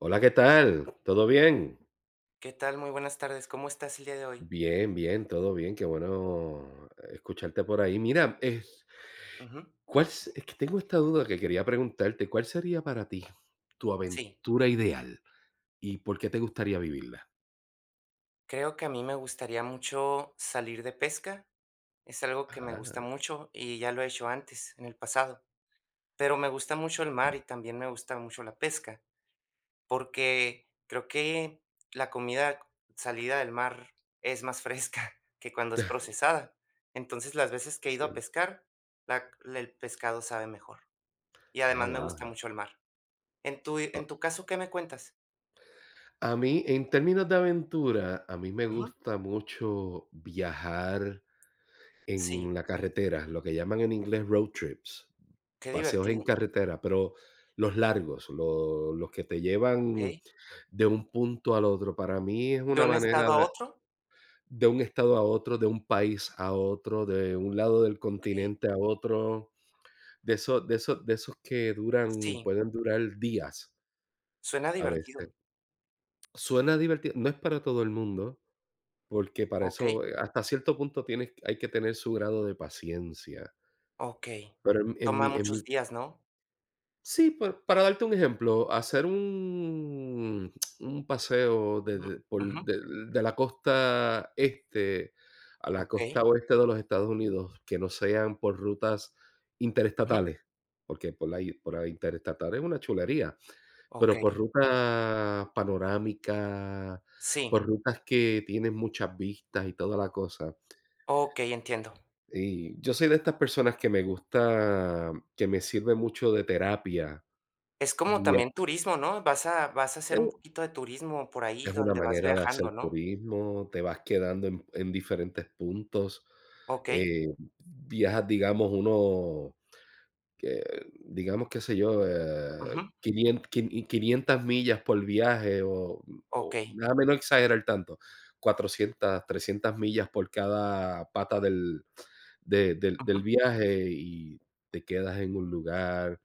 Hola, ¿qué tal? ¿Todo bien? ¿Qué tal? Muy buenas tardes. ¿Cómo estás el día de hoy? Bien, bien, todo bien. Qué bueno escucharte por ahí. Mira, Ujú. Es que tengo esta duda que quería preguntarte. ¿Cuál sería para ti tu Sí, aventura ideal y por qué te gustaría vivirla? creo que a mí me gustaría mucho salir de pesca. Es algo que me gusta Ah, mucho y ya lo he hecho antes, en el pasado. Pero me gusta mucho el mar y también me gusta mucho la pesca, porque creo que la comida salida del mar es más fresca que cuando es procesada. Entonces, las veces que he ido a siempre. pescar, la- el pescado sabe mejor. Y Ah, además me wow. gusta mucho el mar. En tu caso, ¿qué me cuentas? A mí, en términos de aventura, a mí me Ujú. gusta mucho viajar Sí. en la carretera, lo que llaman en inglés road trips, Qué paseos divertido. en carretera, pero los largos, los que te ¿Ok? llevan de un punto al otro. Para mí es ¿De una un manera estado a de otro? de un estado a otro, de un país a otro, de un lado del ¿Ok? continente a otro, de esos que duran Sí, pueden durar días suena a veces. divertido. Suena divertido, no es para todo el mundo, porque para ¿Ok? eso, hasta cierto punto, tienes hay que tener su grado de paciencia, Ok. pero en en mi Toma en mi muchos días, ¿no? Sí, pa para darte un ejemplo, hacer un paseo Mm, de por ujú, de de la costa este a la okey, costa oeste de los Estados Unidos, que no sean por rutas ujú, interestatales, porque por la interestatal es una chulería, pero por okey. rutas panorámicas, Sí, por rutas que tienen muchas vistas y toda la cosa. ok, entiendo. Y yo soy de estas personas que me sirve mucho de terapia. Es como Guía también turismo, ¿no? Vas a vas a hacer un poquito de turismo por ahí Es una donde vas manera de hacer viajando, ¿no? turismo, te vas quedando en diferentes puntos. Ok, Eh, viajas, digamos, que, digamos, qué sé yo, ujú, 500 quin 500 millas por viaje, o ok, nada, menos exagerar tanto, 400, 300 millas por cada pata del de del del ujú. viaje, y te quedas en un lugar,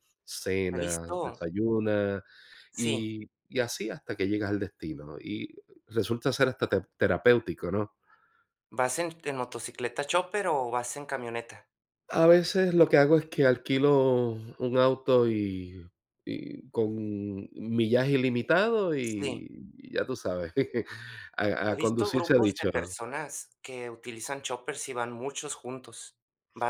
He visto, cenas, desayunas sí, y así hasta que llegas al destino. Y resulta ser hasta te terapéutico, ¿no? ¿vas en motocicleta chopper o vas en camioneta? A veces lo que hago es que alquilo un auto y con millaje ilimitado, Sí. y ya tú sabes, a He a visto conducir se ha grupos de dicho. personas que utilizan choppers y van muchos juntos.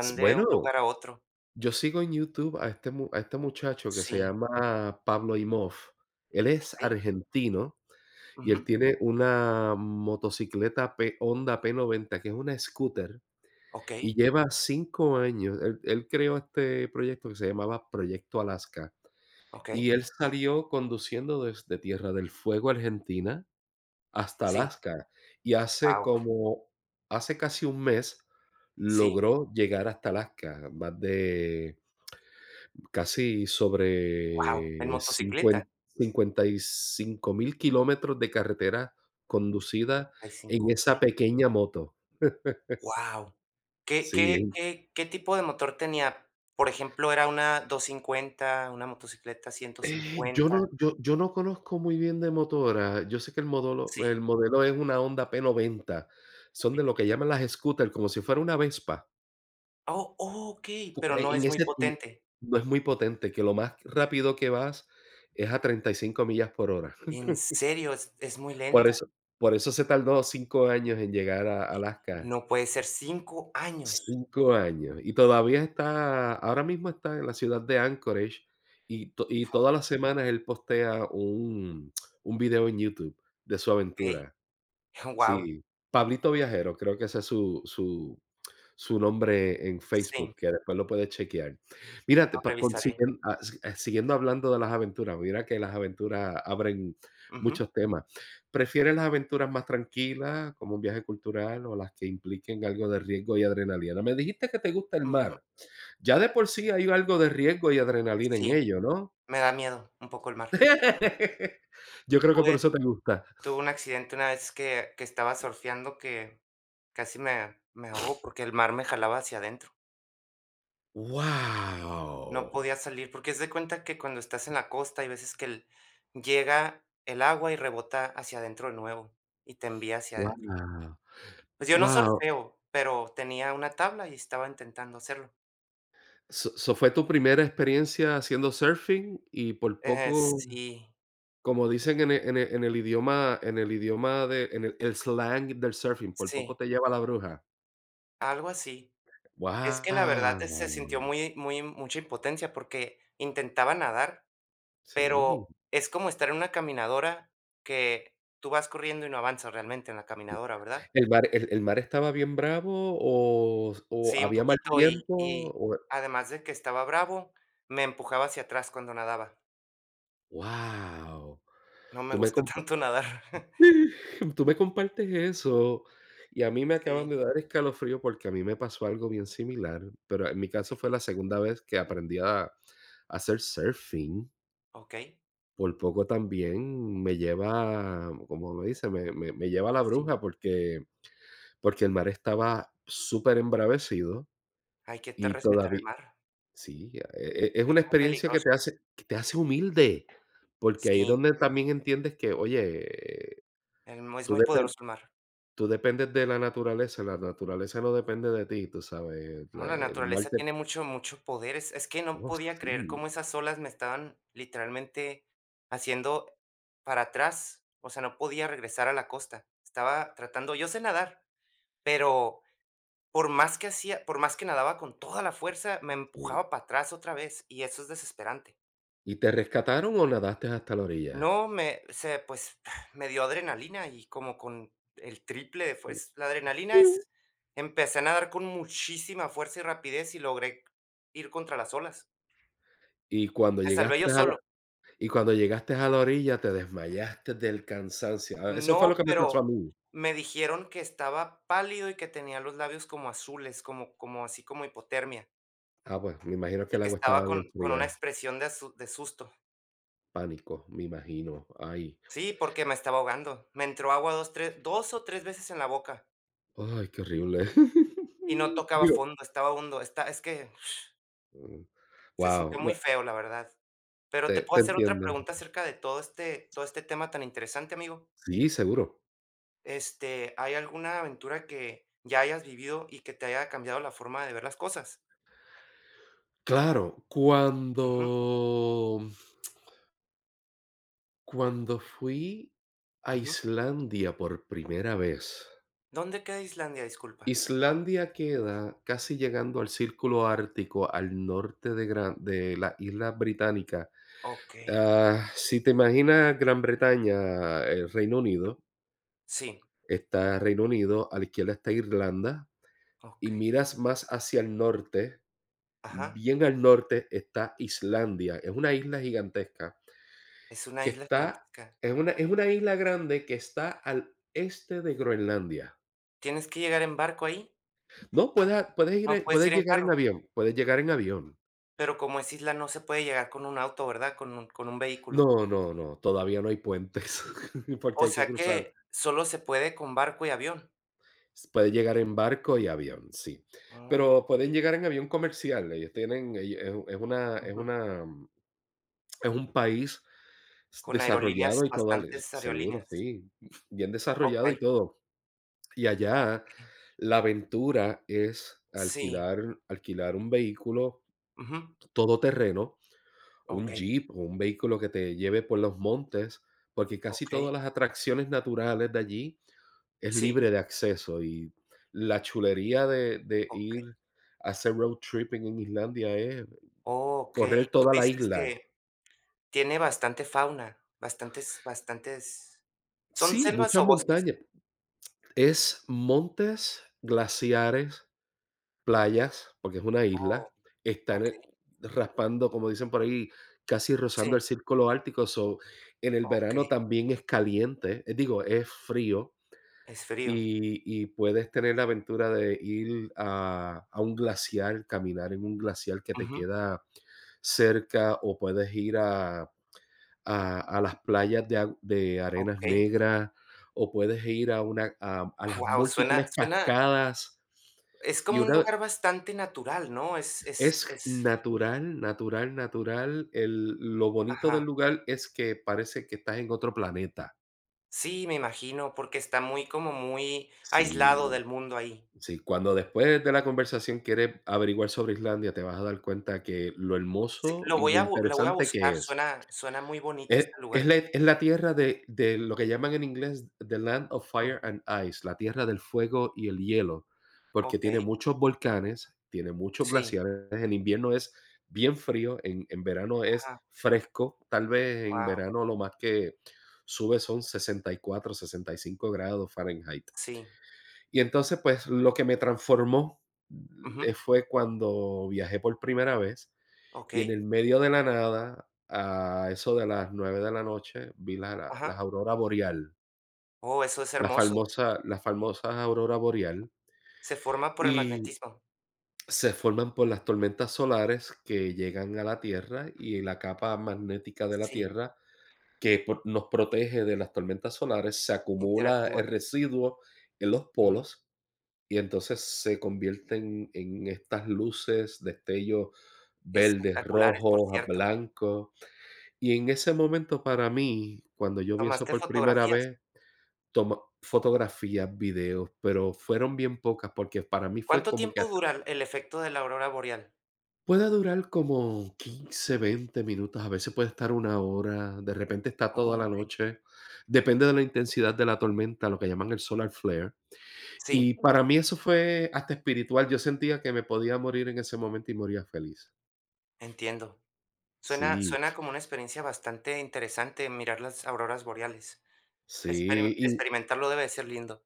S de un Bueno, lugar a otro. yo sigo en YouTube a este mu a este muchacho que se Sí, llama Pablo Imov. Él es okey. argentino y él Ujú. tiene una motocicleta P Honda P90, que es una scooter, Okey, y lleva 5 años. Él creó este proyecto que se llamaba Proyecto Alaska. okey. Y él salió conduciendo desde Tierra del Fuego, Argentina, hasta Sí. Alaska, y Wow. Hace casi un mes Sí. logró llegar hasta Alaska, más de, casi Wow. En sobre motocicleta, 55.000 kilómetros de carretera conducida en esa 55,000. pequeña moto. Guau. ¿Qué qué Sí. qué qué tipo de motor tenía? Por ejemplo, ¿era una 250, una motocicleta ciento yo cincuenta. no yo yo no conozco muy bien de motora. Yo sé que el modelo el Sí. modelo es una Honda P90. Son de lo Pero... que llaman las scooter, como si fuera una Vespa. Oh, okey, Co pero no en es muy ese en potente. No es muy potente, que lo más rápido que vas es a 35 millas por hora. ¿En serio? Es muy Por lenta. eso por eso se tardó 5 años en llegar a Alaska. No puede ser, 5 años. 5 años, y todavía está ahora mismo está en la ciudad de Anchorage, y to y todas las semanas él postea un video en YouTube de su Okey. aventura. Guau. Sí, Pablito Viajero, creo que ese es su nombre en Sí, Facebook, que después lo puedes chequear. Mira, te lo pa revisaré. consiguen ah, si siguiendo hablando de las aventuras, mira que las aventuras abren Ujú, muchos temas. ¿Prefieres las aventuras más tranquilas, como un viaje cultural, o las que impliquen algo de riesgo y adrenalina? Me dijiste que te gusta el ujú. mar. Ya de por sí hay algo de riesgo y adrenalina en Sí, ello, ¿no? me da miedo un poco el mar. Yo creo que por Tuve eso te gusta. tuve un accidente una vez, que estaba surfeando, que casi me ahogo porque el mar me jalaba hacia adentro. No Wow. podía salir, porque haz de cuenta que cuando estás en la costa hay veces que el llega el agua y rebota hacia adentro de nuevo y te envía hacia adentro. Wow. Pues yo no Wow. surfeo, pero tenía una tabla y estaba intentando hacerlo. So, ¿fue tu primera experiencia haciendo surfing? Y por poco, Sí. como dicen en el idioma, en el idioma de en el slang del surfing, por poco Sí, te lleva la bruja. algo así. Es que la verdad, se Wow, sintió muy mucha impotencia porque intentaba nadar, sí, pero es como estar en una caminadora, que tú vas corriendo y no avanzas realmente en la sí. caminadora, ¿verdad? ¿El mar, el mar, estaba bien bravo, o Sí, un había mal poquito, y tiempo? y O, además de que estaba bravo, me empujaba hacia atrás cuando nadaba. guau. No Tú me me gusta com tanto nadar. Tú me compartes eso, y a mí me acaban Sí, de dar escalofrío, porque a mí me pasó algo bien similar, pero en mi caso fue la sí, segunda vez que aprendí a hacer surfing. okey, Por poco también me lleva, como uno dice, me lleva a la sí. bruja, porque el mar estaba superembravecido Hay que te y respetar el todavía mar. sí, es Es una muy experiencia que te peligroso. hace humilde, porque ahí es Sí, donde también entiendes que, oye, el es tú muy depen poderoso el mar. tú dependes de la naturaleza no depende de ti, tú sabes, la No, la el mar naturaleza te. tiene mucho, mucho poder. Es que no Oh, podía creer sí, cómo esas olas me estaban literalmente haciendo para atrás. O sea, no podía regresar a la costa. Estaba tratando, yo sé nadar, pero por más que hacía, por más que nadaba con toda la fuerza, me sí. empujaba para atrás otra vez y eso es desesperante. ¿Y te rescataron o nadaste hasta la orilla? No, me, se, Pues me dio adrenalina y como con el triple de Sí. fuerza. La adrenalina es, empecé a nadar con muchísima fuerza y rapidez y logré ir contra las olas. Y cuando Me salvé yo llegaste a la solo. y cuando llegaste a la orilla, te desmayaste del cansancio. Ah, eso fue No, lo que me pasó a pero mí. me dijeron que estaba pálido y que tenía los labios como azules, como así como hipotermia, Ah, pues, me imagino que y el que agua estaba estaba bien con una fría, expresión de asu de susto. pánico, me imagino. Ay, Sí, porque me estaba ahogando. Me entró agua 2 o 3 veces en la boca ay, qué horrible. y no tocaba Digo, fondo, estaba hondo. Está es que se wow. sintió muy feo, la verdad. Pero te Te puedo hacer otra entiendo. pregunta acerca de todo este tema tan interesante, amigo. Sí, seguro. ¿Hay alguna aventura que ya hayas vivido y que te haya cambiado la forma de ver las cosas? Claro, cuando Ujú. cuando fui a Ujú. Islandia por primera vez. ¿Dónde queda Islandia? Disculpa. Islandia queda casi llegando al círculo ártico, al norte de Gran de la Isla Británica. Okey. Ah, si te imaginas Gran Bretaña, el Reino Unido, Sí, está Reino Unido, a la izquierda está Irlanda, y okey. miras más hacia el norte, Ajá. bien al norte está Islandia, es una isla gigantesca. Es una Que isla está gigantesca. Es una isla grande que está al este de Groenlandia. ¿Tienes que llegar en barco ahí? No, No puedes puedes ir en llegar en carro, avión, puedes llegar en avión. pero como es isla, no se puede llegar con un auto, ¿verdad? Con un vehículo. No, no, no, todavía no hay puentes, porque O hay que sea cruzar. que Puede solo se puede con barco y avión. llegar en barco y avión, sí. Oh, Pero pueden llegar en avión comercial, ellos tienen, ellos ujú. Es un país Con aerolíneas, desarrollado y todo, al bastantes seguro, aerolíneas. sí, bien desarrollado y Okey, todo. Y allá okey. la aventura es Sí. alquilar un vehículo Ujú. todoterreno, un Okey, jeep o un vehículo que te lleve por los montes, porque casi okey. todas las atracciones naturales de allí es Sí, libre de acceso, y la chulería de okey. ir a hacer road tripping en Islandia es correr Okey. Tú toda la dices isla. que... Tiene bastante fauna, bastantes ¿son Sí, selvas muchas o bosques? montañas. Es montes, glaciares, playas, porque es una Oh, isla, están, okey. raspando, como dicen por ahí, casi Sí, rozando el círculo ártico. So, en el verano okey, también es caliente, digo, es frío, es frío. y puedes tener la aventura de ir a un glaciar, caminar en un glaciar que te Ujú, queda cerca, o puedes ir a las playas de arenas okey. negras, o puedes ir a una a las Guau, suena múltiples suena cascadas. es Y como un una lugar bastante natural, ¿no? Es es Es es natural, natural, natural. El Lo bonito del ajá. lugar es que parece que estás en otro planeta. Sí, me imagino, porque está muy como muy aislado Sí, del mundo ahí. sí, cuando después de la conversación quieres averiguar sobre Islandia, te vas a dar cuenta que lo Sí, hermoso y lo lo voy a interesante buscar, que es. suena muy bonito Es este es lugar. la es la tierra de lo que llaman en inglés The Land of Ujú, Fire and Ice, la tierra del fuego y el hielo, porque tiene okey. muchos volcanes, tiene muchos Sí, glaciares, en invierno es bien frío, en verano es ajá, fresco, tal vez en wow, verano lo más que sube son 64, 65 °F. sí. Y entonces, pues, lo que me transformó, Ujú, fue cuando viajé por primera vez, y en okey, el medio de la nada, a eso de las 9 de la noche, vi la la las ajá. auroras boreal, Oh, eso es la hermoso. famosa las famosas auroras boreal, Se forma por el y magnetismo. se forman por las tormentas solares que llegan a la Tierra, y la capa magnética de la Sí, Tierra, que por nos protege de las tormentas solares, se acumula el interactúa. residuo en los Ujú. polos, y entonces se convierten en estas luces, destellos verdes, Espectaculares, por rojos, a cierto. blancos. Y en ese momento, para mí, cuando yo vi eso ¿Tomaste por primera fotografías? vez, toma fotografías, videos, pero fueron bien pocas, porque para mí fue ¿Cuánto como que tiempo hasta, dura el efecto de la aurora boreal? puede durar como 15, 20 minutos, a veces puede estar una hora, de repente está Oh, toda la okey. noche, depende de la intensidad de la tormenta, lo que llaman el solar flare. Sí, Y para mí eso fue hasta espiritual, yo sentía que me podía morir en ese momento, y moría feliz. entiendo. Suena Sí, suena como una experiencia bastante interesante mirar las auroras boreales. Sí. Experimentarlo debe de ser lindo.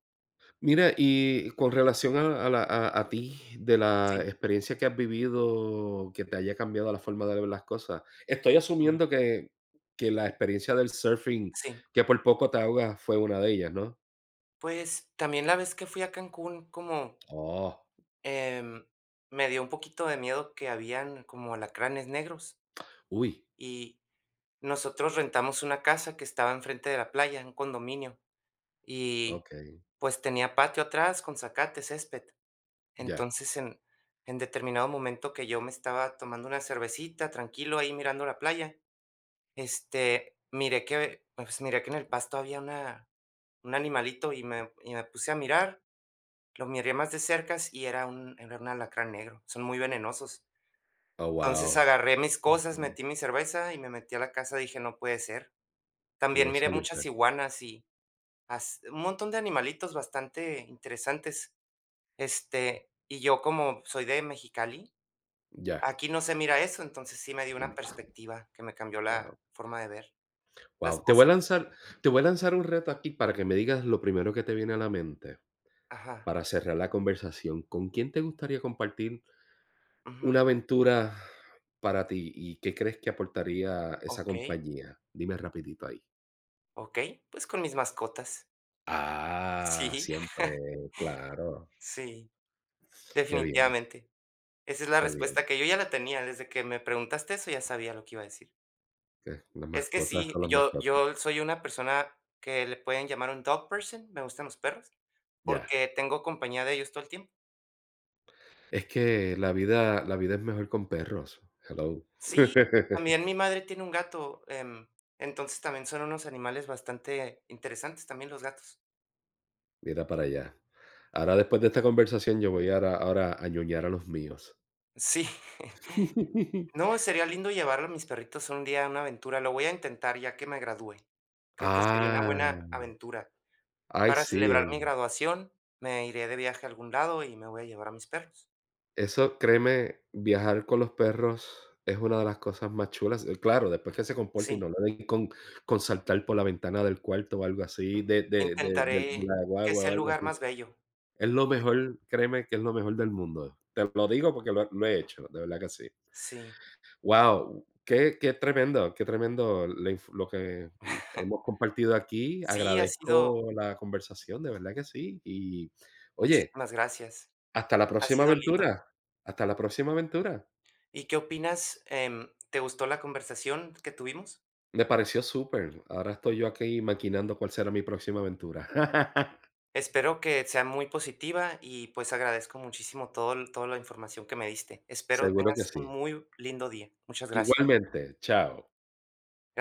Mira, y con relación a la a ti, de la Sí, experiencia que has vivido, que te haya cambiado la forma de ver las cosas, estoy mm, asumiendo que la experiencia del surfing, sí. que por poco te ahogas, fue una de ellas, ¿no? Pues, también la vez que fui a Cancún, Oh, em, me dio un poquito de miedo que habían como alacranes negros, uy, y nosotros rentamos una casa que estaba enfrente de la playa, un condominio, y okey, pues tenía patio atrás con zacate, césped. ya. Entonces, en, en determinado momento que yo me estaba tomando una cervecita, tranquilo, ahí mirando la playa, miré que, pues miré que en el pasto había un animalito y y me puse a mirar, lo miré más de cerca y era un alacrán negro, son muy venenosos. Oh, Entonces wow, agarré mis cosas, metí mi cerveza y me metí a la casa, dije, no puede ser. y También no miré saliste. muchas iguanas y as un montón de animalitos bastante interesantes, y yo como soy de Mexicali, Ya, aquí no se mira eso, entonces sí me dio una mm, perspectiva que me cambió wow, la forma de ver las wow. Te voy a cosas. lanzar te voy a lanzar un reto aquí para que me digas lo primero que te viene a la mente, Ajá, para cerrar la conversación. ¿Con quién te gustaría compartir ujú, una aventura para ti, y qué crees que aportaría esa okey, compañía? Dime rapidito ahí. okey, pues con mis mascotas. Ah, Sí, siempre, claro. sí, Qué bien, definitivamente. Esa es la qué bien. respuesta que yo ya la tenía; desde que me preguntaste eso, ya sabía lo que iba a decir. Que las Es que mascotas sí, son las yo mascotas. yo soy una persona que le pueden llamar un dog person, me gustan los perros, Ya. porque tengo compañía de ellos todo el tiempo. Es que la vida es mejor con perros. Hello. Sí, también mi madre tiene un gato, entonces también son unos animales bastante interesantes también los gatos. Mira para allá. Ahora, después de esta conversación, yo voy ahora a ñoñar a los míos. Sí. No, sería lindo llevarlo a mis perritos un día a una aventura, lo voy a intentar ya que me gradúe. Creo que sería una Ah, buena aventura. ay, Para celebrar mi sí. graduación, me iré de viaje a algún lado y me voy a llevar a mis perros. Eso, créeme, viajar con los perros es una de las cosas más chulas. Claro, después que se comporten y no Sí. le den con saltar por la ventana del cuarto o algo así, de Intentaré la que guagua sea o el algo lugar así. más bello. Es lo mejor, créeme que es lo mejor del mundo. Te lo digo porque lo he hecho, de verdad que sí. Sí. Wow, qué tremendo, qué tremendo la inf lo que, hemos compartido aquí. Sí, ha sido... Agradezco la conversación, de verdad que sí. Y, oye, Muchísimas gracias. hasta la Ha próxima sido lindo. aventura. Hasta la próxima aventura. ¿Y qué opinas? ¿Te gustó la conversación que tuvimos? Me pareció súper. Ahora estoy yo aquí maquinando cuál será mi próxima aventura. Espero que sea muy positiva y, pues, agradezco muchísimo todo el toda la información que me diste. Espero Seguro que tengas un sí. muy lindo día. Muchas gracias. Igualmente, chao.